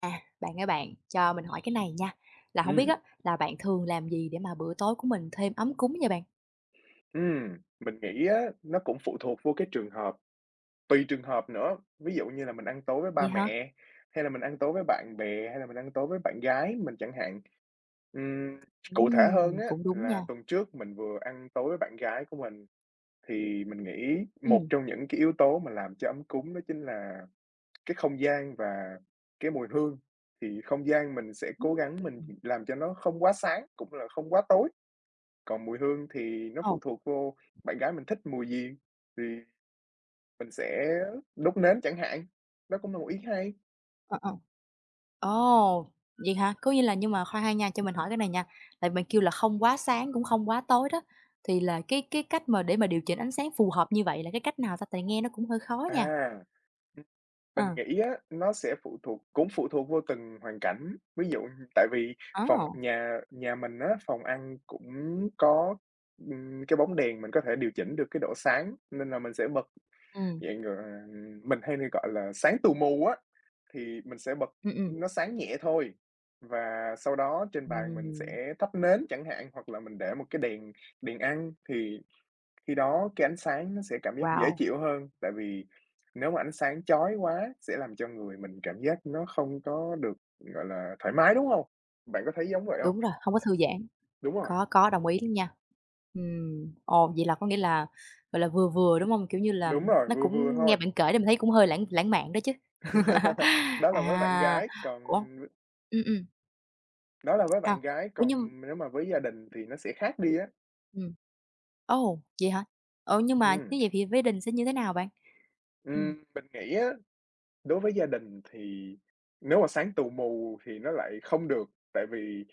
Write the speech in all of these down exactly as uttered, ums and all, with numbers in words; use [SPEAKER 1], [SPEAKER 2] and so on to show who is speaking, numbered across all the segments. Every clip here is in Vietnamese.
[SPEAKER 1] À, bạn ơi bạn, cho mình hỏi cái này nha. Là không biết
[SPEAKER 2] Ừm,
[SPEAKER 1] á, là bạn thường làm gì để mà bữa tối của mình thêm ấm cúng vậy bạn?
[SPEAKER 2] ừm, mình nghĩ á, nó cũng phụ thuộc vô cái trường hợp, tùy trường hợp nữa. Ví dụ như là mình ăn tối với
[SPEAKER 1] Vậy
[SPEAKER 2] ba
[SPEAKER 1] hả?
[SPEAKER 2] mẹ, hay là mình ăn tối với bạn bè, hay là mình ăn tối với bạn gái mình chẳng hạn. Ừm, Cụ thể hơn
[SPEAKER 1] Ừm,
[SPEAKER 2] á,
[SPEAKER 1] cũng đúng nha.
[SPEAKER 2] là tuần trước mình vừa ăn tối với bạn gái của mình, thì mình nghĩ một
[SPEAKER 1] Ừm.
[SPEAKER 2] trong những cái yếu tố mà làm cho ấm cúng đó chính là cái không gian và cái mùi hương. Thì không gian mình sẽ
[SPEAKER 1] Ừm.
[SPEAKER 2] cố gắng mình
[SPEAKER 1] Ừm.
[SPEAKER 2] làm cho nó không quá sáng, cũng là không quá tối. Còn mùi hương thì nó
[SPEAKER 1] Ồ,
[SPEAKER 2] phụ thuộc vô bạn gái mình thích mùi gì thì mình sẽ đốt nến chẳng hạn, đó cũng là một ý hay.
[SPEAKER 1] ờ, ờ. Ồ, vậy hả? Có nghĩa là nhưng mà khoan ha nha, cho mình hỏi cái này nha, tại mình kêu là không quá sáng cũng không quá tối đó, thì là cái cái cách mà để mà điều chỉnh ánh sáng phù hợp như vậy là cái cách nào ta? Tại nghe nó cũng hơi khó nha.
[SPEAKER 2] À, ừm, mình
[SPEAKER 1] Ờ,
[SPEAKER 2] nghĩ á, nó sẽ phụ thuộc cũng phụ thuộc vô từng hoàn cảnh. Ví dụ tại vì
[SPEAKER 1] ồ,
[SPEAKER 2] phòng nhà nhà mình á, phòng ăn cũng có, ừm, cái bóng đèn mình có thể điều chỉnh được cái độ sáng, nên là mình sẽ bật
[SPEAKER 1] ừm,
[SPEAKER 2] dạng, gọi mình hay hay gọi là sáng tù mù á. Thì mình sẽ bật
[SPEAKER 1] ừm, ừm.
[SPEAKER 2] nó sáng nhẹ thôi, và sau đó trên bàn mình
[SPEAKER 1] Ừm,
[SPEAKER 2] sẽ thắp nến chẳng hạn, hoặc là mình để một cái đèn đèn ăn, thì khi đó cái ánh sáng nó sẽ cảm giác dễ
[SPEAKER 1] wow,
[SPEAKER 2] chịu hơn. Tại vì nếu mà ánh sáng chói quá sẽ làm cho người mình cảm giác nó không có được, gọi là, thoải mái, đúng hông? Bạn có thấy giống vậy hông?
[SPEAKER 1] đúng rồi, không có thư giãn.
[SPEAKER 2] Đúng rồi,
[SPEAKER 1] Có, có, đồng ý luôn nha. Ừm, ồ, vậy là có nghĩa là, gọi là, vừa vừa, đúng hông? Kiểu như là,
[SPEAKER 2] đúng rồi,
[SPEAKER 1] nó
[SPEAKER 2] vừa vừa
[SPEAKER 1] cũng nghe
[SPEAKER 2] thôi.
[SPEAKER 1] bạn kể thì mình thấy cũng hơi lãng lãng mạn đó chứ.
[SPEAKER 2] Đó là với bạn
[SPEAKER 1] À,
[SPEAKER 2] gái, còn
[SPEAKER 1] ủa ừm, ừm,
[SPEAKER 2] đó là với
[SPEAKER 1] à,
[SPEAKER 2] bạn gái,
[SPEAKER 1] ủa, nhưng
[SPEAKER 2] còn nếu mà với gia đình thì nó sẽ khác đi á.
[SPEAKER 1] ừm, ồ, vậy hả? Ờ, nhưng mà
[SPEAKER 2] Ừm,
[SPEAKER 1] nếu vậy thì với đình sẽ như thế nào bạn? Ừm,
[SPEAKER 2] ừm, mình nghĩ á. Đối với gia đình thì nếu mà sáng tù mù thì nó lại không được, tại vì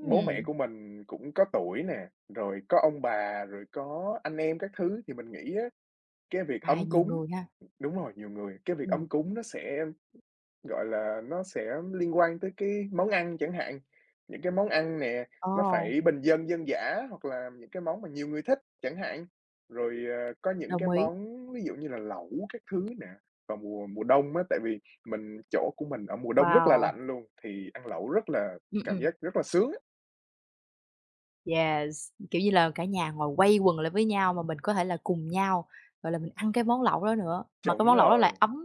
[SPEAKER 2] bố mẹ của mình cũng có tuổi nè, rồi có ông bà, rồi có anh em các thứ thì mình nghĩ á, cái việc
[SPEAKER 1] à,
[SPEAKER 2] ấm
[SPEAKER 1] nhiều
[SPEAKER 2] cúng
[SPEAKER 1] người ha,
[SPEAKER 2] đúng rồi, nhiều người, cái việc
[SPEAKER 1] ừm,
[SPEAKER 2] ấm cúng nó sẽ gọi là, nó sẽ liên quan tới cái món ăn chẳng hạn, những cái món ăn nè, nó
[SPEAKER 1] ồ,
[SPEAKER 2] phải bình dân, dân dã hoặc là những cái món mà nhiều người thích chẳng hạn. Rồi, ờ, có những
[SPEAKER 1] đồng
[SPEAKER 2] cái
[SPEAKER 1] ý,
[SPEAKER 2] món ví dụ như là lẩu các thứ nè, vào mùa mùa đông á, tại vì mình chỗ của mình ở mùa đông rất là
[SPEAKER 1] wow,
[SPEAKER 2] lạnh luôn, thì ăn lẩu rất là
[SPEAKER 1] ừm,
[SPEAKER 2] cảm
[SPEAKER 1] ừm.
[SPEAKER 2] giác rất là sướng á.
[SPEAKER 1] Yes, kiểu như là, cả nhà ngồi quây quần lại với nhau mà mình có thể là cùng nhau, gọi là, mình ăn cái món lẩu đó nữa, mà cái
[SPEAKER 2] Chuẩn
[SPEAKER 1] món lẩu đó lại
[SPEAKER 2] rồi,
[SPEAKER 1] ấm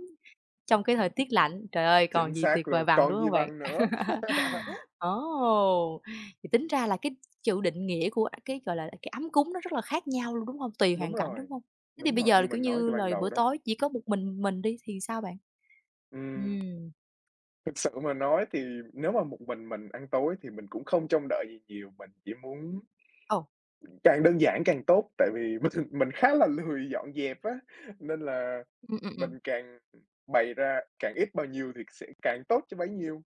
[SPEAKER 1] trong cái thời tiết lạnh, trời ơi, còn
[SPEAKER 2] chính
[SPEAKER 1] gì tuyệt
[SPEAKER 2] xác
[SPEAKER 1] vời
[SPEAKER 2] luôn,
[SPEAKER 1] bằng, đúng
[SPEAKER 2] còn gì
[SPEAKER 1] không bạn?
[SPEAKER 2] bằng nữa.
[SPEAKER 1] Ồ! Thì tính ra là cái chữ định nghĩa của cái, gọi là, cái ấm cúng nó rất là khác nhau luôn, đúng không? Tùy
[SPEAKER 2] Đúng
[SPEAKER 1] hoàn cảnh, đúng
[SPEAKER 2] rồi,
[SPEAKER 1] không? Thế thì
[SPEAKER 2] đúng
[SPEAKER 1] bây
[SPEAKER 2] rồi,
[SPEAKER 1] giờ là,
[SPEAKER 2] như
[SPEAKER 1] kiểu
[SPEAKER 2] mình nói
[SPEAKER 1] như
[SPEAKER 2] từ
[SPEAKER 1] là,
[SPEAKER 2] ban
[SPEAKER 1] bữa
[SPEAKER 2] đầu đó.
[SPEAKER 1] tối chỉ có một mình mình đi thì sao bạn?
[SPEAKER 2] Ừm.
[SPEAKER 1] Ừm,
[SPEAKER 2] Thực sự mà nói thì nếu mà một mình mình ăn tối thì mình cũng không trông đợi gì nhiều, mình chỉ muốn
[SPEAKER 1] ồ,
[SPEAKER 2] càng đơn giản càng tốt, tại vì mình mình khá là lười dọn dẹp á, nên là
[SPEAKER 1] ừm, ừm, ừm.
[SPEAKER 2] mình càng bày ra càng ít bao nhiêu thì sẽ càng tốt cho bấy nhiêu.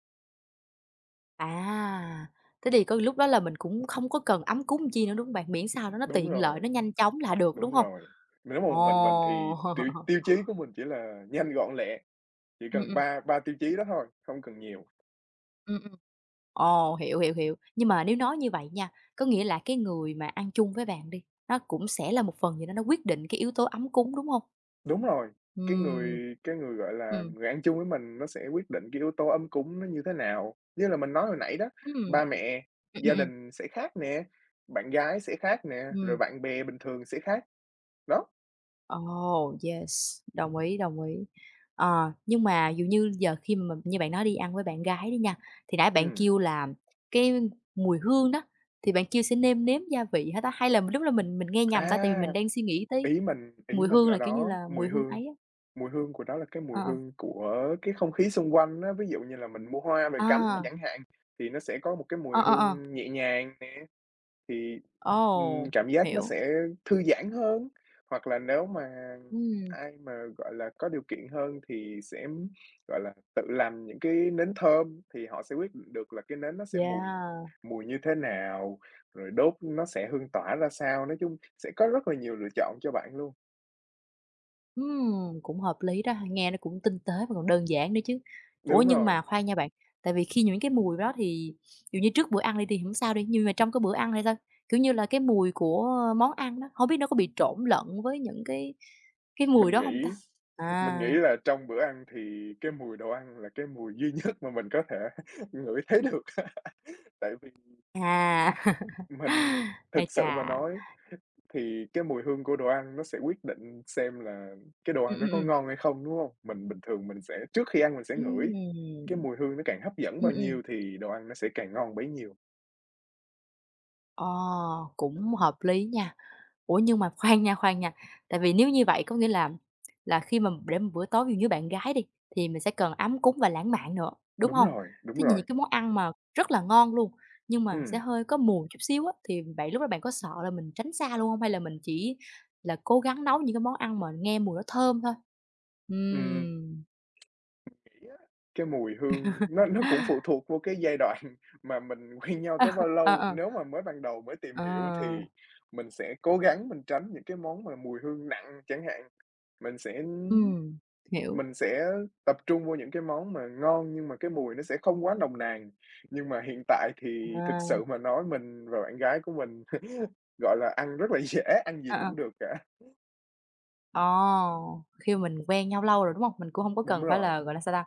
[SPEAKER 1] À, thế thì có lúc đó là mình cũng không có cần ấm cúng chi nữa, đúng không bạn? Miễn sao đó nó
[SPEAKER 2] Đúng
[SPEAKER 1] tiện lợi,
[SPEAKER 2] rồi,
[SPEAKER 1] nó nhanh chóng là được,
[SPEAKER 2] đúng
[SPEAKER 1] đúng không?
[SPEAKER 2] rồi. Nếu mà một mình mình thì
[SPEAKER 1] Ồ!
[SPEAKER 2] tiêu tiêu chí của mình chỉ là nhanh gọn lẹ, chỉ
[SPEAKER 1] Ừm,
[SPEAKER 2] cần
[SPEAKER 1] ừm,
[SPEAKER 2] ba ba tiêu chí đó thôi, không cần nhiều.
[SPEAKER 1] ừm, ừm. Ồ, hiểu, hiểu, hiểu. Nhưng mà nếu nói như vậy nha, có nghĩa là cái người mà ăn chung với bạn đi, nó cũng sẽ là một phần gì đó nó quyết định cái yếu tố ấm cúng, đúng không?
[SPEAKER 2] Đúng rồi, cái
[SPEAKER 1] Ừm.
[SPEAKER 2] người cái người, gọi là,
[SPEAKER 1] Ừm.
[SPEAKER 2] người ăn chung với mình nó sẽ quyết định cái yếu tố ấm cúng nó như thế nào. Như là mình nói hồi nãy đó,
[SPEAKER 1] Ừm.
[SPEAKER 2] ba mẹ,
[SPEAKER 1] Ừm, ừm,
[SPEAKER 2] gia
[SPEAKER 1] ừm.
[SPEAKER 2] đình sẽ khác nè, bạn gái sẽ khác nè, rồi
[SPEAKER 1] Ừm.
[SPEAKER 2] bạn bè bình thường sẽ khác, đó.
[SPEAKER 1] Ồ, yes, đồng ý, đồng ý. Ờ, nhưng mà dụ như giờ khi mà như bạn nói đi ăn với bạn gái đi nha, thì nãy bạn
[SPEAKER 2] Ừm,
[SPEAKER 1] kêu là cái mùi hương đó, thì bạn kêu sẽ nêm nếm gia vị hả ta? Hay là lúc là mình mình nghe nhầm ta? Tại vì
[SPEAKER 2] à,
[SPEAKER 1] mình đang suy nghĩ tới
[SPEAKER 2] ý mình ý
[SPEAKER 1] mùi
[SPEAKER 2] mình
[SPEAKER 1] hương là,
[SPEAKER 2] ở
[SPEAKER 1] kiểu như
[SPEAKER 2] đó,
[SPEAKER 1] là, mùi
[SPEAKER 2] mùi
[SPEAKER 1] hương
[SPEAKER 2] hương,
[SPEAKER 1] ấy á.
[SPEAKER 2] mùi hương của nó là cái
[SPEAKER 1] Ờ,
[SPEAKER 2] mùi
[SPEAKER 1] ờ.
[SPEAKER 2] hương của cái không khí xung quanh á. Ví dụ như là mình mua hoa về cắm nè
[SPEAKER 1] À,
[SPEAKER 2] chẳng hạn, thì nó sẽ có một cái
[SPEAKER 1] ờ,
[SPEAKER 2] mùi
[SPEAKER 1] ờ, ờ.
[SPEAKER 2] hương nhẹ nhàng. Thì, ừm,
[SPEAKER 1] Ồ,
[SPEAKER 2] cảm giác nó
[SPEAKER 1] hiểu.
[SPEAKER 2] sẽ thư giãn hơn, hoặc là nếu mà
[SPEAKER 1] Ừm,
[SPEAKER 2] ai mà, gọi là, có điều kiện hơn thì sẽ, gọi là, tự làm những cái nến thơm thì họ sẽ quyết định được là cái nến nó sẽ mùi
[SPEAKER 1] yeah.
[SPEAKER 2] mùi như thế nào, rồi đốt nó sẽ hương tỏa ra sao. Nói chung sẽ có rất là nhiều lựa chọn cho bạn luôn.
[SPEAKER 1] Ừm, cũng hợp lý đó ha, nghe nó cũng tinh tế và còn đơn giản nữa chứ. Ủa,
[SPEAKER 2] Đúng
[SPEAKER 1] nhưng
[SPEAKER 2] rồi,
[SPEAKER 1] mà khoan nha bạn, tại vì khi những cái mùi đó thì dù như trước bữa ăn đi thì không sao đi, nhưng mà trong cái bữa ăn thì sao? Kiểu như là, cái mùi của món ăn đó, không biết nó có bị trộn lẫn với những cái cái mùi
[SPEAKER 2] mình
[SPEAKER 1] đó không ta?
[SPEAKER 2] nghĩ mình
[SPEAKER 1] À,
[SPEAKER 2] nghĩ là trong bữa ăn thì cái mùi đồ ăn là cái mùi duy nhất mà mình có thể ngửi thấy được, tại vì
[SPEAKER 1] à,
[SPEAKER 2] mình
[SPEAKER 1] ái
[SPEAKER 2] thực sự mà
[SPEAKER 1] chà,
[SPEAKER 2] nói. Thì cái mùi hương của đồ ăn nó sẽ quyết định xem là cái đồ
[SPEAKER 1] ừm,
[SPEAKER 2] ăn nó
[SPEAKER 1] ừm,
[SPEAKER 2] có
[SPEAKER 1] ừm.
[SPEAKER 2] ngon hay không, đúng không? Mình bình thường mình sẽ trước khi ăn mình sẽ ngửi,
[SPEAKER 1] Ừm,
[SPEAKER 2] cái mùi hương nó càng hấp dẫn
[SPEAKER 1] ừm,
[SPEAKER 2] bao
[SPEAKER 1] ừm.
[SPEAKER 2] nhiêu thì đồ ăn nó sẽ càng ngon bấy nhiêu.
[SPEAKER 1] Ờ, cũng hợp lý nha. Ủa, nhưng mà khoan nha, khoan nha, tại vì nếu như vậy có nghĩa là là khi mà để một bữa tối ví dụ như bạn gái đi, thì mình sẽ cần ấm cúng và lãng mạn nữa, đúng
[SPEAKER 2] Đúng
[SPEAKER 1] hông?
[SPEAKER 2] rồi, đúng
[SPEAKER 1] Thế nhìn
[SPEAKER 2] rồi.
[SPEAKER 1] những cái món ăn mà rất là ngon luôn, nhưng mà sẽ
[SPEAKER 2] Ừm,
[SPEAKER 1] hơi có mùi chút xíu á, thì vậy lúc đó bạn có sợ là mình tránh xa luôn hông? Hay là mình chỉ là cố gắng nấu những cái món ăn mà nghe mùi nó thơm thôi?
[SPEAKER 2] ừm,
[SPEAKER 1] Ừm.
[SPEAKER 2] nghĩ á, cái mùi hương nó nó cũng phụ thuộc vô cái giai đoạn mà mình quen nhau
[SPEAKER 1] Ờ,
[SPEAKER 2] tới bao
[SPEAKER 1] ờ,
[SPEAKER 2] lâu.
[SPEAKER 1] ờ,
[SPEAKER 2] Nếu mà mới ban đầu mới tìm
[SPEAKER 1] ờ,
[SPEAKER 2] hiểu thì mình sẽ cố gắng mình tránh những cái món mà mùi hương nặng chẳng hạn, mình sẽ
[SPEAKER 1] ừm, hiểu.
[SPEAKER 2] Mình sẽ tập trung vô những cái món mà ngon nhưng mà cái mùi nó sẽ không quá nồng nàn. Nhưng mà hiện tại thì thực
[SPEAKER 1] À,
[SPEAKER 2] sự mà nói mình và bạn gái của mình, gọi là, ăn rất là dễ, ăn gì
[SPEAKER 1] ờ, ờ.
[SPEAKER 2] cũng được cả.
[SPEAKER 1] Ồ, khi mà mình quen nhau lâu rồi, đúng hông? Mình cũng hông có
[SPEAKER 2] Đúng
[SPEAKER 1] cần phải
[SPEAKER 2] rồi.
[SPEAKER 1] là, gọi là, sao ta?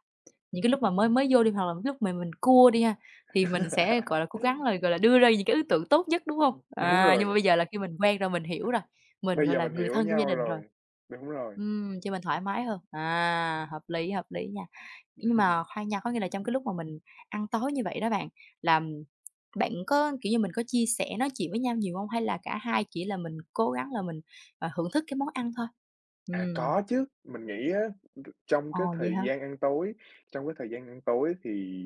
[SPEAKER 1] Những cái lúc mà mới mới vô đi hoặc là lúc mà mình cua đi ha, thì mình sẽ, gọi là, cố gắng là, gọi là, đưa ra những cái ý tưởng tốt nhất, đúng không?
[SPEAKER 2] Đúng
[SPEAKER 1] À, nhưng
[SPEAKER 2] rồi,
[SPEAKER 1] mà bây giờ là khi mình quen rồi, mình hiểu rồi, mình,
[SPEAKER 2] bây
[SPEAKER 1] gọi
[SPEAKER 2] giờ
[SPEAKER 1] là,
[SPEAKER 2] mình
[SPEAKER 1] người
[SPEAKER 2] hiểu
[SPEAKER 1] thân trong gia
[SPEAKER 2] nhau
[SPEAKER 1] đình rồi.
[SPEAKER 2] rồi. Đúng rồi.
[SPEAKER 1] Ừm, cho mình thoải mái hơn. À, hợp lý, hợp lý nha. Nhưng mà khoan nha, có nghĩa là trong cái lúc mà mình ăn tối như vậy đó bạn, là bạn có, kiểu như, mình có chia sẻ nói chuyện với nhau nhiều không? Hay là cả hai chỉ là mình cố gắng là mình, ờ, hưởng thức cái món ăn thôi?
[SPEAKER 2] À,
[SPEAKER 1] Ừm,
[SPEAKER 2] có chứ, mình nghĩ á, trong cái
[SPEAKER 1] ồ, vậy
[SPEAKER 2] thời
[SPEAKER 1] hả?
[SPEAKER 2] gian ăn tối trong cái thời gian ăn tối thì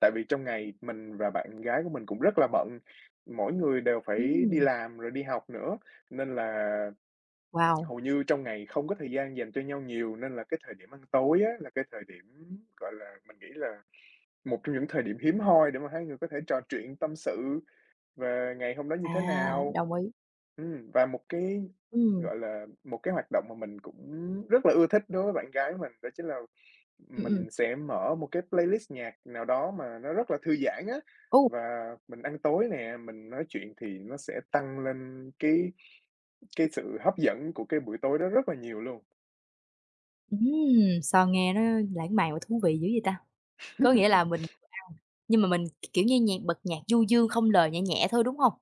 [SPEAKER 2] tại vì trong ngày mình và bạn gái của mình cũng rất là bận, mỗi người đều phải đi
[SPEAKER 1] Ừm,
[SPEAKER 2] làm rồi đi học nữa, nên là
[SPEAKER 1] wow,
[SPEAKER 2] hầu như trong ngày không có thời gian dành cho nhau nhiều nên là cái thời điểm ăn tối á, là cái thời điểm, gọi là, mình nghĩ là một trong những thời điểm hiếm hoi để mà hai người có thể trò chuyện tâm sự về ngày hôm đó như
[SPEAKER 1] à,
[SPEAKER 2] thế nào.
[SPEAKER 1] đồng ý.
[SPEAKER 2] Ừm, và một cái,
[SPEAKER 1] Ừm,
[SPEAKER 2] gọi là, một cái hoạt động mà mình cũng rất là ưa thích đối với bạn gái mình đó chính là
[SPEAKER 1] ừm, ừm.
[SPEAKER 2] mình sẽ mở một cái playlist nhạc nào đó mà nó rất là thư giãn á,
[SPEAKER 1] Ô,
[SPEAKER 2] và mình ăn tối nè, mình nói chuyện thì nó sẽ tăng lên cái cái sự hấp dẫn của cái buổi tối đó rất là nhiều luôn.
[SPEAKER 1] ừm, sao nghe nó lãng mạn và thú vị dữ vậy ta? Có nghĩa là mình vừa ăn, nhưng mà mình, k kiểu như, nhạc bật nhạc du dương không lời, nhẹ nhẹ thôi, đúng hông?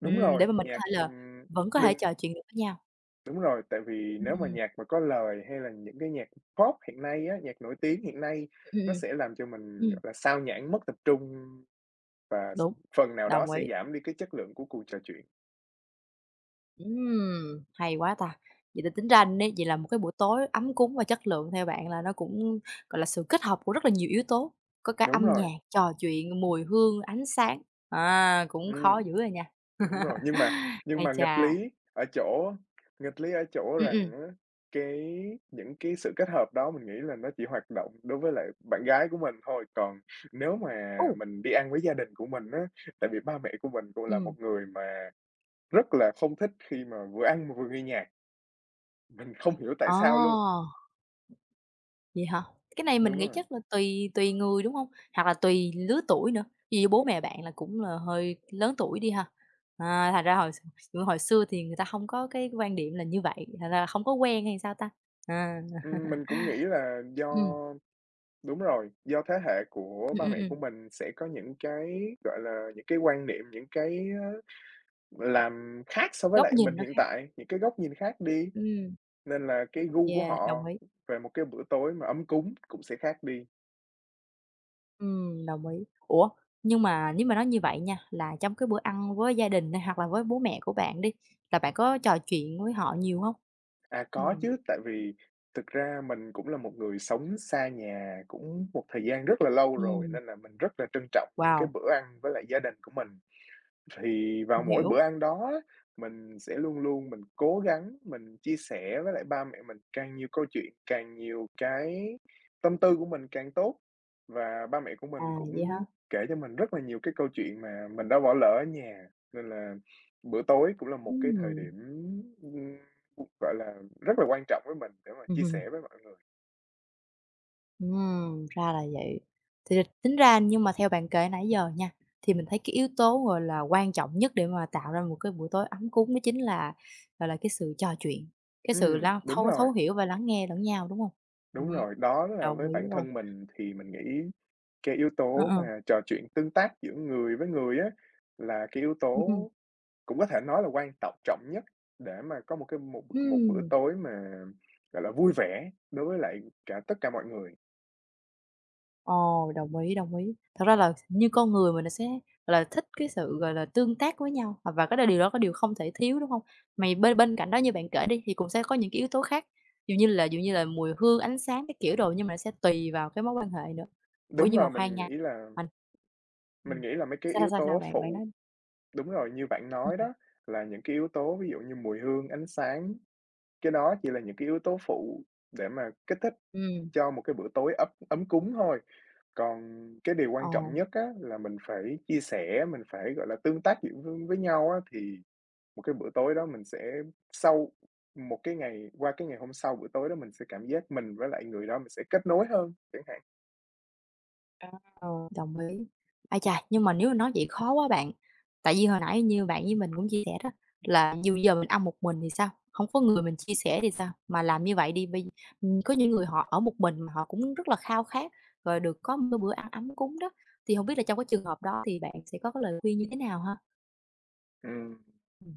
[SPEAKER 2] Đúng
[SPEAKER 1] Ừm, để
[SPEAKER 2] rồi,
[SPEAKER 1] mà mình có
[SPEAKER 2] nhạc,
[SPEAKER 1] thể là
[SPEAKER 2] ừm,
[SPEAKER 1] vẫn có thể
[SPEAKER 2] đừng
[SPEAKER 1] trò chuyện được với nhau.
[SPEAKER 2] đúng rồi, tại vì nếu mà
[SPEAKER 1] Ừm,
[SPEAKER 2] nhạc mà có lời hay là những cái nhạc pop hiện nay á, nhạc nổi tiếng hiện nay
[SPEAKER 1] ừm,
[SPEAKER 2] nó
[SPEAKER 1] ừm.
[SPEAKER 2] sẽ làm cho mình,
[SPEAKER 1] Ừm,
[SPEAKER 2] gọi là, xao nhãng, mất tập trung và s
[SPEAKER 1] đúng,
[SPEAKER 2] phần nào đó
[SPEAKER 1] đồng
[SPEAKER 2] sẽ
[SPEAKER 1] ý.
[SPEAKER 2] giảm đi cái chất lượng của cuộc trò chuyện.
[SPEAKER 1] Ừm, hay quá ta! Vậy thì tính ra nếu vậy là một cái buổi tối ấm cúng và chất lượng theo bạn là nó cũng, gọi là, sự kết hợp của rất là nhiều yếu tố, có cả
[SPEAKER 2] Đúng
[SPEAKER 1] âm
[SPEAKER 2] rồi,
[SPEAKER 1] nhạc, trò chuyện, mùi hương, ánh sáng. À, cũng khó
[SPEAKER 2] ừm.
[SPEAKER 1] dữ à nha!
[SPEAKER 2] Đúng rồi, nhưng mà nhưng
[SPEAKER 1] Ái
[SPEAKER 2] mà nghịch
[SPEAKER 1] chà!
[SPEAKER 2] lý ở chỗ nghịch lý ở chỗ
[SPEAKER 1] Ừm,
[SPEAKER 2] rằng
[SPEAKER 1] ừm.
[SPEAKER 2] á, cái những cái sự kết hợp đó mình nghĩ là nó chỉ hoạt động đối với lại bạn gái của mình thôi, còn nếu mà
[SPEAKER 1] Ồ!
[SPEAKER 2] mình đi ăn với gia đình của mình á, tại vì ba mẹ của mình cũng là
[SPEAKER 1] Ừm.
[SPEAKER 2] một người mà rất là không thích khi mà vừa ăn mà vừa nghe nhạc, mình không hiểu tại
[SPEAKER 1] Ờ,
[SPEAKER 2] sao luôn.
[SPEAKER 1] vậy hả? Cái này mình
[SPEAKER 2] Đúng
[SPEAKER 1] nghĩ
[SPEAKER 2] rồi,
[SPEAKER 1] chắc là tùy tùy người, đúng không? Hoặc là tùy lứa tuổi nữa, ví dụ bố mẹ bạn là cũng là hơi lớn tuổi đi ha? À, thành ra hồi x hồi xưa thì người ta không có cái quan điểm là như vậy, thành ra là không có quen hay sao ta? À,
[SPEAKER 2] ừm, mình cũng nghĩ là do
[SPEAKER 1] ừm,
[SPEAKER 2] đúng rồi, do thế hệ của
[SPEAKER 1] ừm,
[SPEAKER 2] ba
[SPEAKER 1] ừm,
[SPEAKER 2] mẹ
[SPEAKER 1] ừm,
[SPEAKER 2] của mình sẽ có những cái, gọi là, những cái quan niệm, những cái, ơ làm khác so với
[SPEAKER 1] góc
[SPEAKER 2] lại mình
[SPEAKER 1] nhìn nó
[SPEAKER 2] hiện
[SPEAKER 1] khác.
[SPEAKER 2] tại, những cái góc nhìn khác đi,
[SPEAKER 1] Ừm,
[SPEAKER 2] nên là cái gu của
[SPEAKER 1] yeah, đồng
[SPEAKER 2] họ
[SPEAKER 1] ý.
[SPEAKER 2] về một cái bữa tối mà ấm cúng cũng sẽ khác đi.
[SPEAKER 1] Ừm, đồng ý. Ủa, nhưng mà nếu mà nói như vậy nha, là trong cái bữa ăn với gia đình này hoặc là với bố mẹ của bạn đi, là bạn có trò chuyện với họ nhiều hông?
[SPEAKER 2] À, có
[SPEAKER 1] Ừm.
[SPEAKER 2] chứ, tại vì thực ra mình cũng là một người sống xa nhà cũng một thời gian rất là lâu rồi,
[SPEAKER 1] Ừm,
[SPEAKER 2] nên là mình rất là trân trọng những cái
[SPEAKER 1] wow,
[SPEAKER 2] bữa ăn với lại gia đình của mình. Thì vào
[SPEAKER 1] mình
[SPEAKER 2] mỗi
[SPEAKER 1] hiểu.
[SPEAKER 2] bữa ăn đó mình sẽ luôn luôn mình cố gắng mình chia sẻ với lại ba mẹ mình càng nhiều câu chuyện, càng nhiều cái tâm tư của mình càng tốt. Và ba mẹ của
[SPEAKER 1] À,
[SPEAKER 2] mình
[SPEAKER 1] vậy hả?
[SPEAKER 2] cũng kể cho mình rất là nhiều cái câu chuyện mà mình đã bỏ lỡ ở nhà, nên là bữa tối cũng là một cái thời
[SPEAKER 1] Ừm,
[SPEAKER 2] điểm, ừm, gọi là, rất là quan trọng với mình để mà chia
[SPEAKER 1] ừm,
[SPEAKER 2] sẻ với mọi người.
[SPEAKER 1] ừm, ra là vậy. Thì là tính ra nhưng mà theo bạn kể nãy giờ nha, thì mình thấy cái yếu tố, gọi là, quan trọng nhất để mà tạo ra một cái buổi tối ấm cúng đó chính là, gọi là, cái sự trò chuyện, cái sự
[SPEAKER 2] Ừm,
[SPEAKER 1] lắng
[SPEAKER 2] đúng
[SPEAKER 1] thấu thấu
[SPEAKER 2] rồi,
[SPEAKER 1] hiểu và lắng nghe lẫn nhau, đúng hông? Ừm,
[SPEAKER 2] đúng rồi, đó là
[SPEAKER 1] đồng
[SPEAKER 2] với
[SPEAKER 1] ý
[SPEAKER 2] bản
[SPEAKER 1] luôn.
[SPEAKER 2] thân mình thì mình nghĩ cái yếu
[SPEAKER 1] Ờ,
[SPEAKER 2] tố
[SPEAKER 1] ờ,
[SPEAKER 2] mà trò chuyện tương tác giữa người với người á, là cái yếu
[SPEAKER 1] ừm, ừm,
[SPEAKER 2] tố cũng có thể nói là quan tọng trọng nhất để mà có một cái một một bữa
[SPEAKER 1] ừm,
[SPEAKER 2] tối mà, gọi là, vui vẻ đối với lại cả tất cả mọi người.
[SPEAKER 1] ồ, đồng ý, đồng ý. Thật ra là như con người mình là sẽ, gọi là, thích cái sự, gọi là, tương tác với nhau, à, và cái đó điều đó có điều không thể thiếu, đúng hông? Mày bên bên cạnh đó như bạn kể đi thì cũng sẽ có những cái yếu tố khác, dụ như là dụ như là mùi hương, ánh sáng các kiểu đồ, nhưng mà nó sẽ tùy vào cái mối quan hệ nữa. Ủa,
[SPEAKER 2] Đúng
[SPEAKER 1] nhưng mà
[SPEAKER 2] rồi,
[SPEAKER 1] khoan
[SPEAKER 2] mình
[SPEAKER 1] nha,
[SPEAKER 2] nghĩ là
[SPEAKER 1] mình ừm,
[SPEAKER 2] mình nghĩ là mấy cái
[SPEAKER 1] sao, sao,
[SPEAKER 2] yếu
[SPEAKER 1] sao, sao
[SPEAKER 2] tố
[SPEAKER 1] bạn? Bạn nói
[SPEAKER 2] phụ đúng rồi, như bạn nói
[SPEAKER 1] ừm,
[SPEAKER 2] đó, là những cái yếu tố ví dụ như mùi hương, ánh sáng, cái đó chỉ là những cái yếu tố phụ để mà kích thích
[SPEAKER 1] ừm,
[SPEAKER 2] cho một cái bữa tối ấp ấm cúng thôi. Còn cái điều
[SPEAKER 1] ờ.
[SPEAKER 2] quan trọng nhất á là mình phải chia sẻ, mình phải, gọi là, tương tác giữa với với nhau á, thì một cái bữa tối đó mình sẽ sau một cái ngày qua cái ngày hôm sau bữa tối đó mình sẽ cảm giác mình với lại người đó mình sẽ kết nối hơn chẳng hạn.
[SPEAKER 1] Ừ, đồng ý. Ai chà, nhưng mà nếu mà nói vậy khó quá bạn, tại vì hồi nãy như bạn với mình cũng chia sẻ đó, là dù giờ mình ăn một mình thì sao? Không có người mình chia sẻ thì sao? Mà làm như vậy đi, bây ừm, có những người họ ở một mình mà họ cũng rất là khao khát, rồi được có một cái bữa ăn ấm cúng đó, thì không biết là trong cái trường hợp đó thì bạn sẽ có cái lời khuyên như thế nào ha?
[SPEAKER 2] Ừm,
[SPEAKER 1] Ừ,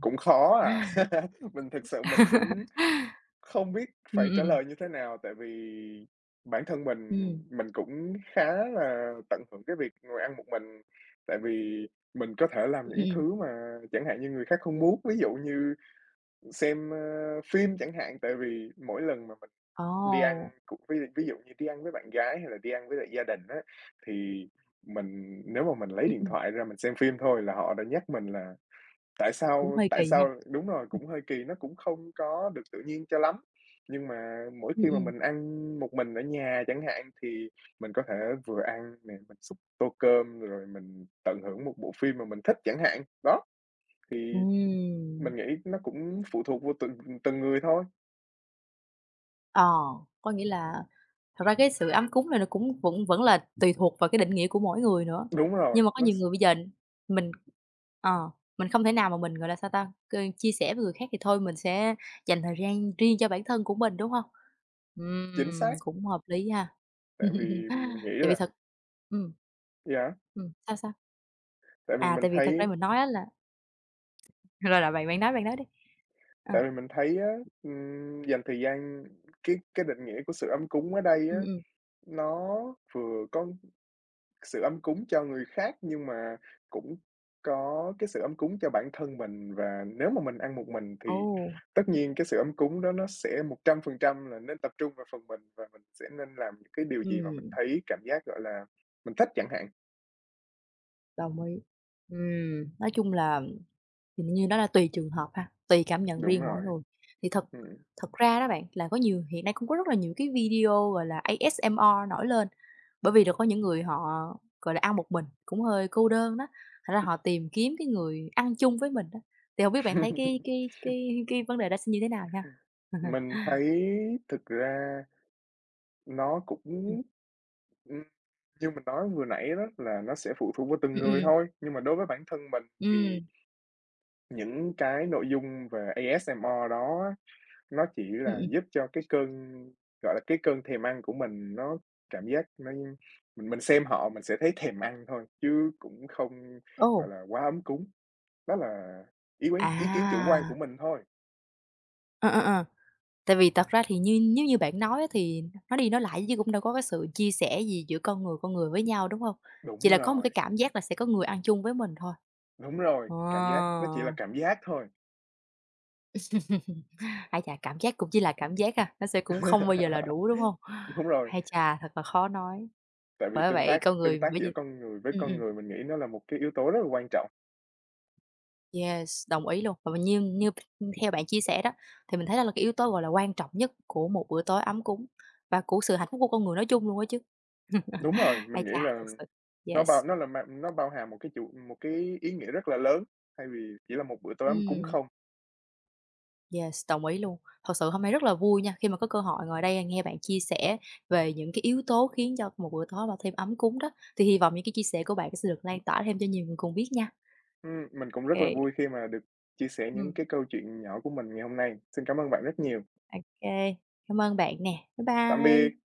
[SPEAKER 2] cũng khó à, mình thực sự mình cũng không biết
[SPEAKER 1] ừ,
[SPEAKER 2] phải
[SPEAKER 1] ừ,
[SPEAKER 2] trả
[SPEAKER 1] ừm.
[SPEAKER 2] lời như thế nào, tại vì bản thân mình
[SPEAKER 1] Ừm,
[SPEAKER 2] mình cũng khá là tận hưởng cái việc ngồi ăn một mình, tại vì mình có thể làm
[SPEAKER 1] ừm,
[SPEAKER 2] những
[SPEAKER 1] ừm.
[SPEAKER 2] thứ mà chẳng hạn như người khác không muốn. Ví dụ như xem, ơ, phim chẳng hạn, tại vì mỗi lần mà mình đi ăn
[SPEAKER 1] Ồ,
[SPEAKER 2] cũng ví ví dụ như đi ăn với bạn gái hay là đi ăn với lại gia đình á, thì mình nếu mà mình lấy
[SPEAKER 1] ừm,
[SPEAKER 2] điện
[SPEAKER 1] ừm,
[SPEAKER 2] thoại ra mình xem phim thôi là họ đã nhắc mình là "Tại
[SPEAKER 1] cũng
[SPEAKER 2] sao,
[SPEAKER 1] hơi
[SPEAKER 2] tại
[SPEAKER 1] kỳ ha.
[SPEAKER 2] sao" Đúng rồi,
[SPEAKER 1] Ừ,
[SPEAKER 2] cũng hơi kỳ, nó cũng không có được tự nhiên cho lắm. Nhưng mà mỗi
[SPEAKER 1] ừ,
[SPEAKER 2] khi mà
[SPEAKER 1] ừ.
[SPEAKER 2] mình ăn một mình ở nhà chẳng hạn, thì mình có thể vừa ăn nè, mình xúc tô cơm rồi mình tận hưởng một bộ phim mà mình thích chẳng hạn. Đó, thì mình nghĩ nó cũng phụ thuộc vô từng từng người thôi.
[SPEAKER 1] Ờ, có nghĩa là thật ra cái sự ấm cúng này nó cũng vẫn vẫn là tùy thuộc vào cái định nghĩa của mỗi người nữa.
[SPEAKER 2] Đúng
[SPEAKER 1] Nhưng
[SPEAKER 2] rồi,
[SPEAKER 1] mà có
[SPEAKER 2] nó
[SPEAKER 1] nhiều
[SPEAKER 2] s
[SPEAKER 1] người bây giờ mình ờ, mình không thể nào mà mình, gọi là, sao ta, c chia sẻ với người khác thì thôi mình sẽ dành thời gian riêng cho bản thân của mình, đúng không?
[SPEAKER 2] chính
[SPEAKER 1] Ừm,
[SPEAKER 2] xác,
[SPEAKER 1] cũng hợp lý ha.
[SPEAKER 2] tại vì mình nghĩ
[SPEAKER 1] Tại vì
[SPEAKER 2] là
[SPEAKER 1] thật ừm.
[SPEAKER 2] yeah,
[SPEAKER 1] Ừm, sao, sao?
[SPEAKER 2] tại vì
[SPEAKER 1] À,
[SPEAKER 2] mình
[SPEAKER 1] tại vì thật ra
[SPEAKER 2] thấy
[SPEAKER 1] mình nói á là rồi, rồi, bạn bạn nói, bạn nói đi. À
[SPEAKER 2] tại vì mình thấy á, ừm, dành thời gian cái cái định nghĩa của sự ấm cúng ở đây
[SPEAKER 1] ừm,
[SPEAKER 2] á,
[SPEAKER 1] ừm,
[SPEAKER 2] nó vừa có sự ấm cúng cho người khác nhưng mà cũng có cái sự ấm cúng cho bản thân mình. Và nếu mà mình ăn một mình
[SPEAKER 1] ồ,
[SPEAKER 2] thì tất nhiên cái sự ấm cúng đó nó sẽ một trăm phần trăm là nên tập trung vào phần mình và mình sẽ nên làm những cái điều gì mà mình
[SPEAKER 1] ừm,
[SPEAKER 2] thấy cảm giác, gọi là, mình thích chẳng hạn.
[SPEAKER 1] đồng ý. Ừm, nói chung là thì như đó là tùy trường hợp ha, tùy cảm nhận
[SPEAKER 2] Đúng
[SPEAKER 1] riêng mỗi
[SPEAKER 2] rồi,
[SPEAKER 1] người. Thì thật
[SPEAKER 2] ừm.
[SPEAKER 1] thật ra đó bạn, là có nhiều hiện nay cũng có rất là nhiều cái video, gọi là, a ét em rờ nổi lên, bởi vì là có những người họ, gọi là, ăn một mình, cũng hơi cô đơn đó, thành ra họ tìm kiếm cái người ăn chung với mình đó. Thì không biết bạn thấy cái cái cái cái vấn đề đó sẽ như thế nào nha?
[SPEAKER 2] Mình thấy thực ra nó cũng,
[SPEAKER 1] Ừm.
[SPEAKER 2] ừm, như mình nói vừa nãy đó là nó sẽ phụ thuộc vào từng
[SPEAKER 1] Ừm, ừm,
[SPEAKER 2] người
[SPEAKER 1] ừm.
[SPEAKER 2] thôi, nhưng mà đối với bản thân mình thì những cái nội dung về a ét em rờ đó á, nó chỉ
[SPEAKER 1] Ừm, ừm,
[SPEAKER 2] là
[SPEAKER 1] ừm.
[SPEAKER 2] giúp cho cái cơn, gọi là, cái cơn thèm ăn của mình nó cảm giác nó mình mình xem họ mình sẽ thấy thèm ăn thôi, chứ cũng không, gọi
[SPEAKER 1] Ồ,
[SPEAKER 2] là, quá ấm cúng. Đó là ý quán ý kiến chủ quan
[SPEAKER 1] à.
[SPEAKER 2] của mình thôi.
[SPEAKER 1] Ờ, ờ, ờ. Tại vì thật ra thì như nếu như bạn nói á thì nói đi nói lại chứ cũng đâu có cái sự chia sẻ gì giữa con người con người với nhau, đúng hông? Chỉ
[SPEAKER 2] Đúng
[SPEAKER 1] là có một
[SPEAKER 2] rồi,
[SPEAKER 1] cái cảm giác là sẽ có người ăn chung với mình thôi.
[SPEAKER 2] đúng rồi,
[SPEAKER 1] Ờ.
[SPEAKER 2] cảm giác, nó chỉ là cảm giác thôi.
[SPEAKER 1] Ai chà, cảm giác cũng chỉ là cảm giác ha, nó sẽ cũng không bao giờ là đủ, đúng hông?
[SPEAKER 2] Đúng rồi,
[SPEAKER 1] Hay chà, thật là khó nói,
[SPEAKER 2] tại vì
[SPEAKER 1] bởi
[SPEAKER 2] tương
[SPEAKER 1] vậy
[SPEAKER 2] tác
[SPEAKER 1] con
[SPEAKER 2] tương
[SPEAKER 1] người
[SPEAKER 2] tác
[SPEAKER 1] bây giờ
[SPEAKER 2] giữa con người với
[SPEAKER 1] ừm,
[SPEAKER 2] con
[SPEAKER 1] ừm.
[SPEAKER 2] người mình nghĩ nó là một cái yếu tố rất là quan trọng.
[SPEAKER 1] Yes, đồng ý luôn. Và như như theo bạn chia sẻ đó, thì mình thấy đó là cái yếu tố, gọi là, quan trọng nhất của một bữa tối ấm cúng và của sự hạnh phúc của con người nói chung luôn á chứ.
[SPEAKER 2] Đúng rồi,
[SPEAKER 1] Ai
[SPEAKER 2] mình nghĩ
[SPEAKER 1] chà,
[SPEAKER 2] là
[SPEAKER 1] thực sự
[SPEAKER 2] nó
[SPEAKER 1] yes,
[SPEAKER 2] bao nó là mang nó bao hàm một cái chủ một cái ý nghĩa rất là lớn, thay vì chỉ là một bữa tối ấm cúng
[SPEAKER 1] ừm,
[SPEAKER 2] không.
[SPEAKER 1] yes, đồng ý luôn. Thật sự hôm nay rất là vui nha, khi mà có cơ hội ngồi đây nghe bạn chia sẻ về những cái yếu tố khiến cho một bữa tối mà thêm ấm cúng đó, thì hy vọng những cái chia sẻ của bạn sẽ được lan tỏa thêm cho nhiều người cùng biết nha.
[SPEAKER 2] Ừm, mình cũng rất là
[SPEAKER 1] Kê,
[SPEAKER 2] vui khi mà được chia sẻ
[SPEAKER 1] ừm,
[SPEAKER 2] những cái câu chuyện nhỏ của mình ngày hôm nay. Xin cảm ơn bạn rất nhiều.
[SPEAKER 1] ô cảm ơn bạn nè. Bye
[SPEAKER 2] Tạm
[SPEAKER 1] bye.
[SPEAKER 2] biệt.